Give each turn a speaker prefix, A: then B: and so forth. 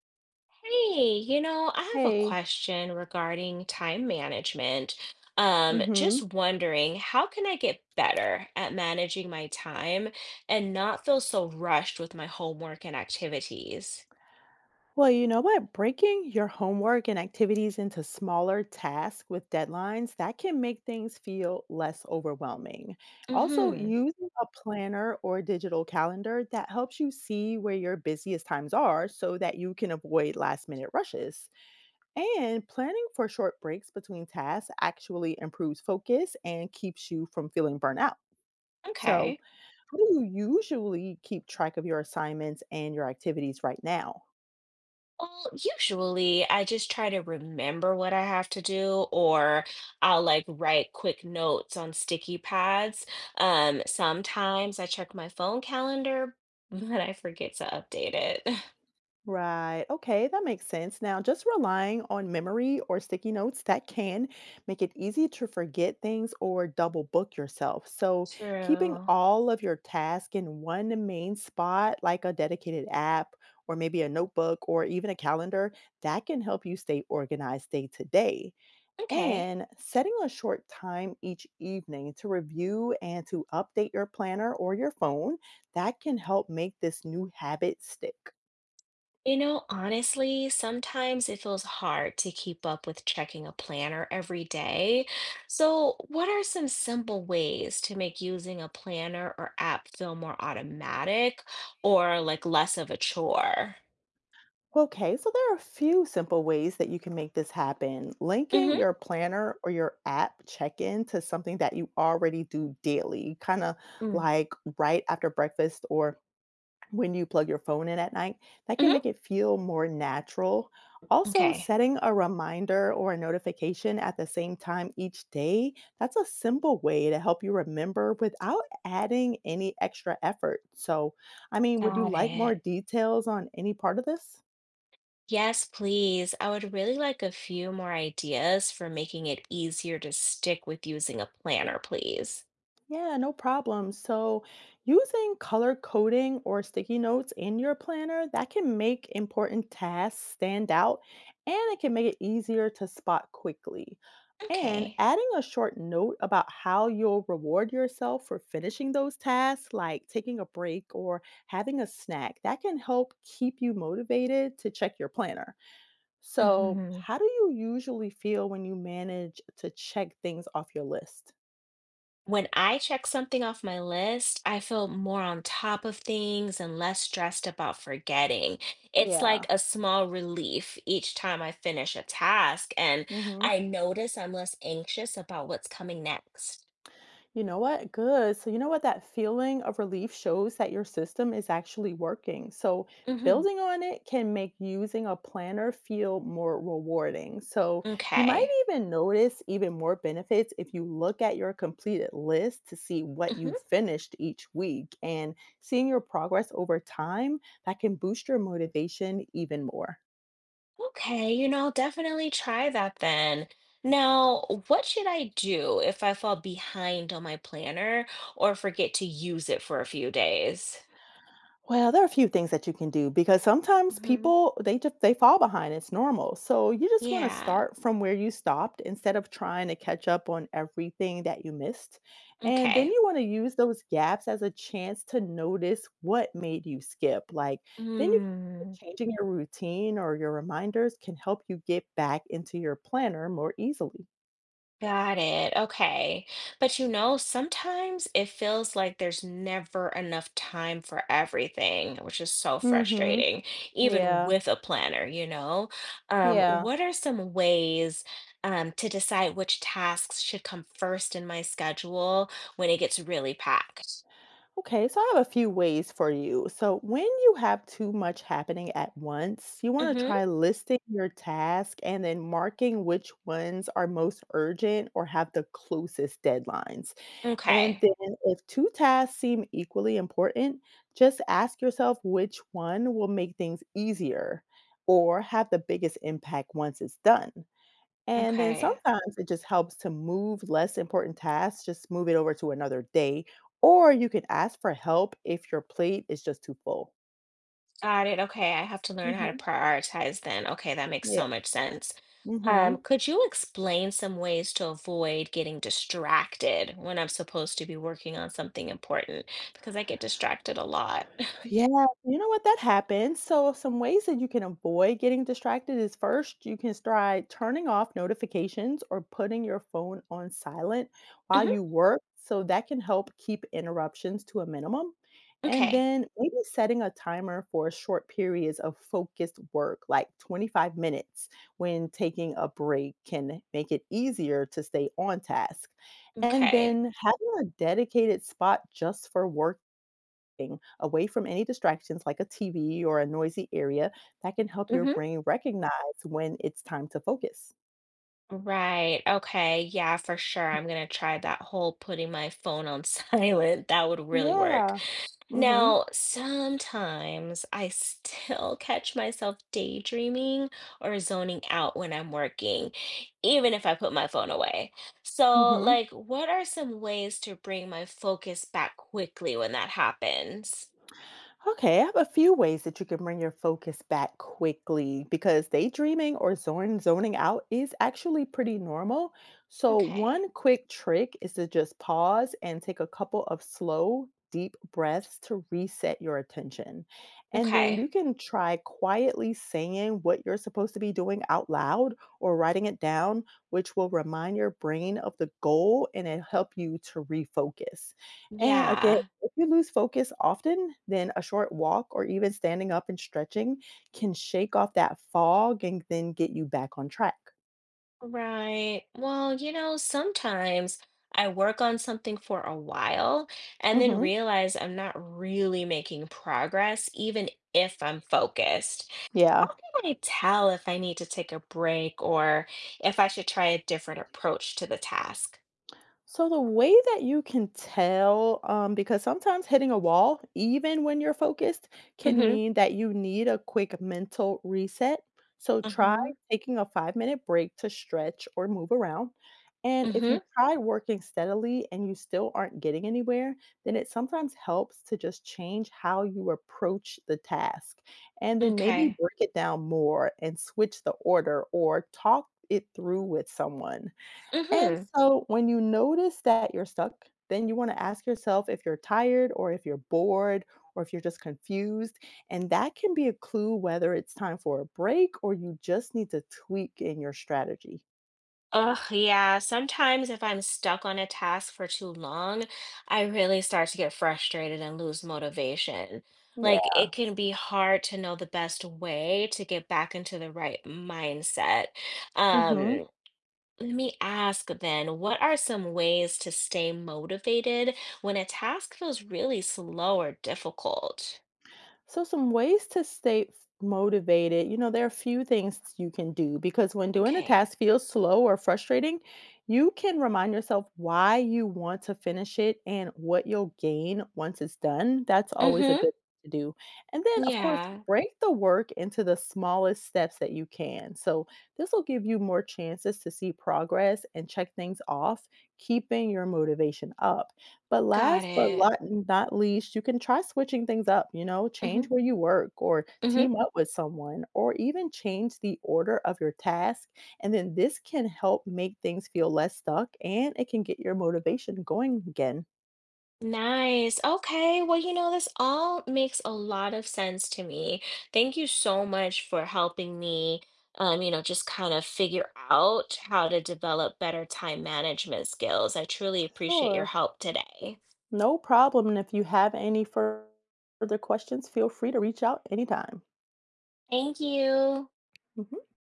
A: Hey, I have a
B: Hey.
A: question regarding time management. Just
B: Hmm.
A: wondering, how can I get better at managing my time and not feel so rushed with my homework and activities?
B: Well, you know what? Breaking your homework and activities into smaller tasks with deadlines, that can make things feel less overwhelming. Also,
A: Hmm.
B: using a planner or digital calendar that helps you see where your busiest times are so that you can avoid last minute rushes. And planning for short breaks between tasks actually improves focus and keeps you from feeling burnt out. So,
A: Okay.
B: how do you usually keep track of your assignments and your activities right now?
A: Well, usually I just try to remember what I have to do, or I'll like write quick notes on sticky pads. Sometimes I check my phone calendar, but I forget to update it.
B: Right. Okay, that makes sense. Now, just relying on memory or sticky notes that can make it easy to forget things or double book yourself. So, keeping
A: True.
B: all of your tasks in one main spot, like a dedicated app or maybe a notebook or even a calendar, that can help you stay organized day to day.
A: Okay.
B: And setting a short time each evening to review and to update your planner or your phone, that can help make this new habit stick.
A: Honestly, sometimes it feels hard to keep up with checking a planner every day. So, what are some simple ways to make using a planner or app feel more automatic or like less of a chore?
B: Okay, so there are a few simple ways that you can make this happen. Linking
A: Mm-hmm.
B: your planner or your app check in to something that you already do daily, kind of
A: Mm.
B: like right after breakfast or when you plug your phone in at night, that can
A: Mm-hmm.
B: make it feel more natural. Also,
A: Okay.
B: setting a reminder or a notification at the same time each day, that's a simple way to help you remember without adding any extra effort. So, I mean, would you
A: Got
B: like more
A: it.
B: details on any part of this?
A: Yes, please. I would really like a few more ideas for making it easier to stick with using a planner, please.
B: Yeah, no problem. So, using color coding or sticky notes in your planner, that can make important tasks stand out and it can make it easier to spot quickly. And
A: Okay.
B: adding a short note about how you'll reward yourself for finishing those tasks, like taking a break or having a snack, that can help keep you motivated to check your planner. So,
A: Hmm.
B: how do you usually feel when you manage to check things off your list?
A: When I check something off my list, I feel more on top of things and less stressed about forgetting. It's like
B: Yeah.
A: a small relief each time I finish a task, and I notice I'm less anxious about what's coming next.
B: You know what? Good. So, you know what? That feeling of relief shows that your system is actually working. So,
A: Hmm.
B: building on it can make using a planner feel more rewarding. So, you might
A: Okay.
B: even notice even more benefits if you look at your completed list to see what you
A: Hmm.
B: finished each week and seeing your progress over time, that can boost your motivation even more.
A: Okay, I'll definitely try that then. Now, what should I do if I fall behind on my planner or forget to use it for a few days?
B: Well, there are a few things that you can do because sometimes
A: Hmm.
B: people they just they fall behind. It's normal. So you just want to
A: Yeah.
B: start from where you stopped instead of trying to catch up on everything that you missed. And then
A: Okay.
B: you want to use those gaps as a chance to notice what made you skip. Like then you
A: Mm,
B: changing your routine or your reminders can help you get back into your planner more easily.
A: got it. Okay. But sometimes it feels like there's never enough time for everything, which is so
B: Mhm.
A: frustrating, even
B: Yeah.
A: with a planner, you know? Um,
B: Yeah.
A: what are some ways to decide which tasks should come first in my schedule when it gets really packed?
B: Okay, so I have a few ways for you. So, when you have too much happening at once, you want to
A: Mm-hmm.
B: try listing your task and then marking which ones are most urgent or have the closest deadlines. And
A: Okay.
B: then, if two tasks seem equally important, just ask yourself which one will make things easier or have the biggest impact once it's done. And then
A: Okay.
B: sometimes it just helps to move less important tasks, just move it over to another day, or you can ask for help if your plate is just too full.
A: Got it. Okay, I have to learn how to
B: Mhm.
A: prioritize then. Okay, that makes
B: Yeah.
A: so much sense. Um,
B: Mhm.
A: could you explain some ways to avoid getting distracted when I'm supposed to be working on something important? Because I get distracted a lot.
B: Yeah, you know what? That happens. So, some ways that you can avoid getting distracted is first, you can try turning off notifications or putting your phone on silent while
A: Hmm.
B: you work. So, that can help keep interruptions to a minimum. And
A: Okay.
B: then maybe setting a timer for short periods of focused work, like 25 minutes when taking a break, can make it easier to stay on task. And
A: Okay.
B: then having a dedicated spot just for work thing, away from any distractions like a TV or a noisy area, that can help your
A: Hmm.
B: brain recognize when it's time to focus.
A: Right. Okay. Yeah, for sure. I'm gonna try that whole putting my phone on silent. That would really work.
B: Yeah. Mhm.
A: Now, sometimes I still catch myself daydreaming or zoning out when I'm working, even if I put my phone away. So,
B: Mhm.
A: like, what are some ways to bring my focus back quickly when that happens?
B: Okay, I have a few ways that you can bring your focus back quickly because daydreaming or zone zoning out is actually pretty normal. So
A: Okay.
B: one quick trick is to just pause and take a couple of slow, deep breaths to reset your attention. And then
A: Okay.
B: you can try quietly saying what you're supposed to be doing out loud or writing it down, which will remind your brain of the goal and it help you to refocus. And again,
A: Yeah.
B: if you lose focus often, then a short walk or even standing up and stretching can shake off that fog and then get you back on track.
A: Right. Well, sometimes I work on something for a while and then
B: Hmm.
A: realize I'm not really making progress, even if I'm focused. How
B: Yeah.
A: can I tell if I need to take a break or if I should try a different approach to the task?
B: So the way that you can tell, because sometimes hitting a wall, even when you're focused, can
A: Mm-hmm.
B: mean that you need a quick mental reset. So try
A: Uh-huh.
B: taking a 5-minute break to stretch or move around. And if you
A: Mm-hmm.
B: try working steadily and you still aren't getting anywhere, then it sometimes helps to just change how you approach the task and then maybe
A: Okay.
B: break it down more and switch the order or talk it through with someone. And
A: Mm-hmm.
B: so when you notice that you're stuck, then you want to ask yourself if you're tired or if you're bored or if you're just confused. And that can be a clue whether it's time for a break or you just need to tweak in your strategy.
A: Ugh, yeah. Sometimes if I'm stuck on a task for too long, I really start to get frustrated and lose motivation.
B: Yeah.
A: Like it can be hard to know the best way to get back into the right mindset. Um,
B: Hmm.
A: let me ask then, what are some ways to stay motivated when a task feels really slow or difficult?
B: So, some ways to stay motivated, there are a few things you can do because when doing a
A: Okay.
B: task feels slow or frustrating, you can remind yourself why you want to finish it and what you'll gain once it's done. That's always a
A: Mm-hmm.
B: good thing to do. And then, of course,
A: Yeah,
B: break the work into the smallest steps that you can. So, this will give you more chances to see progress and check things off, keeping your motivation up. But
A: got
B: last but
A: it.
B: lot not least, you can try switching things up,
A: Mm-hmm.
B: change where you work or
A: Mm-hmm.
B: team up with someone or even change the order of your task. And then this can help make things feel less stuck and it can get your motivation going again.
A: Nice. Okay. Well, this all makes a lot of sense to me. Thank you so much for helping me, just kind of figure out how to develop better time management skills. I truly appreciate your
B: Sure.
A: help today.
B: No problem. And if you have any further questions, feel free to reach out anytime.
A: Thank you.
B: Mhm.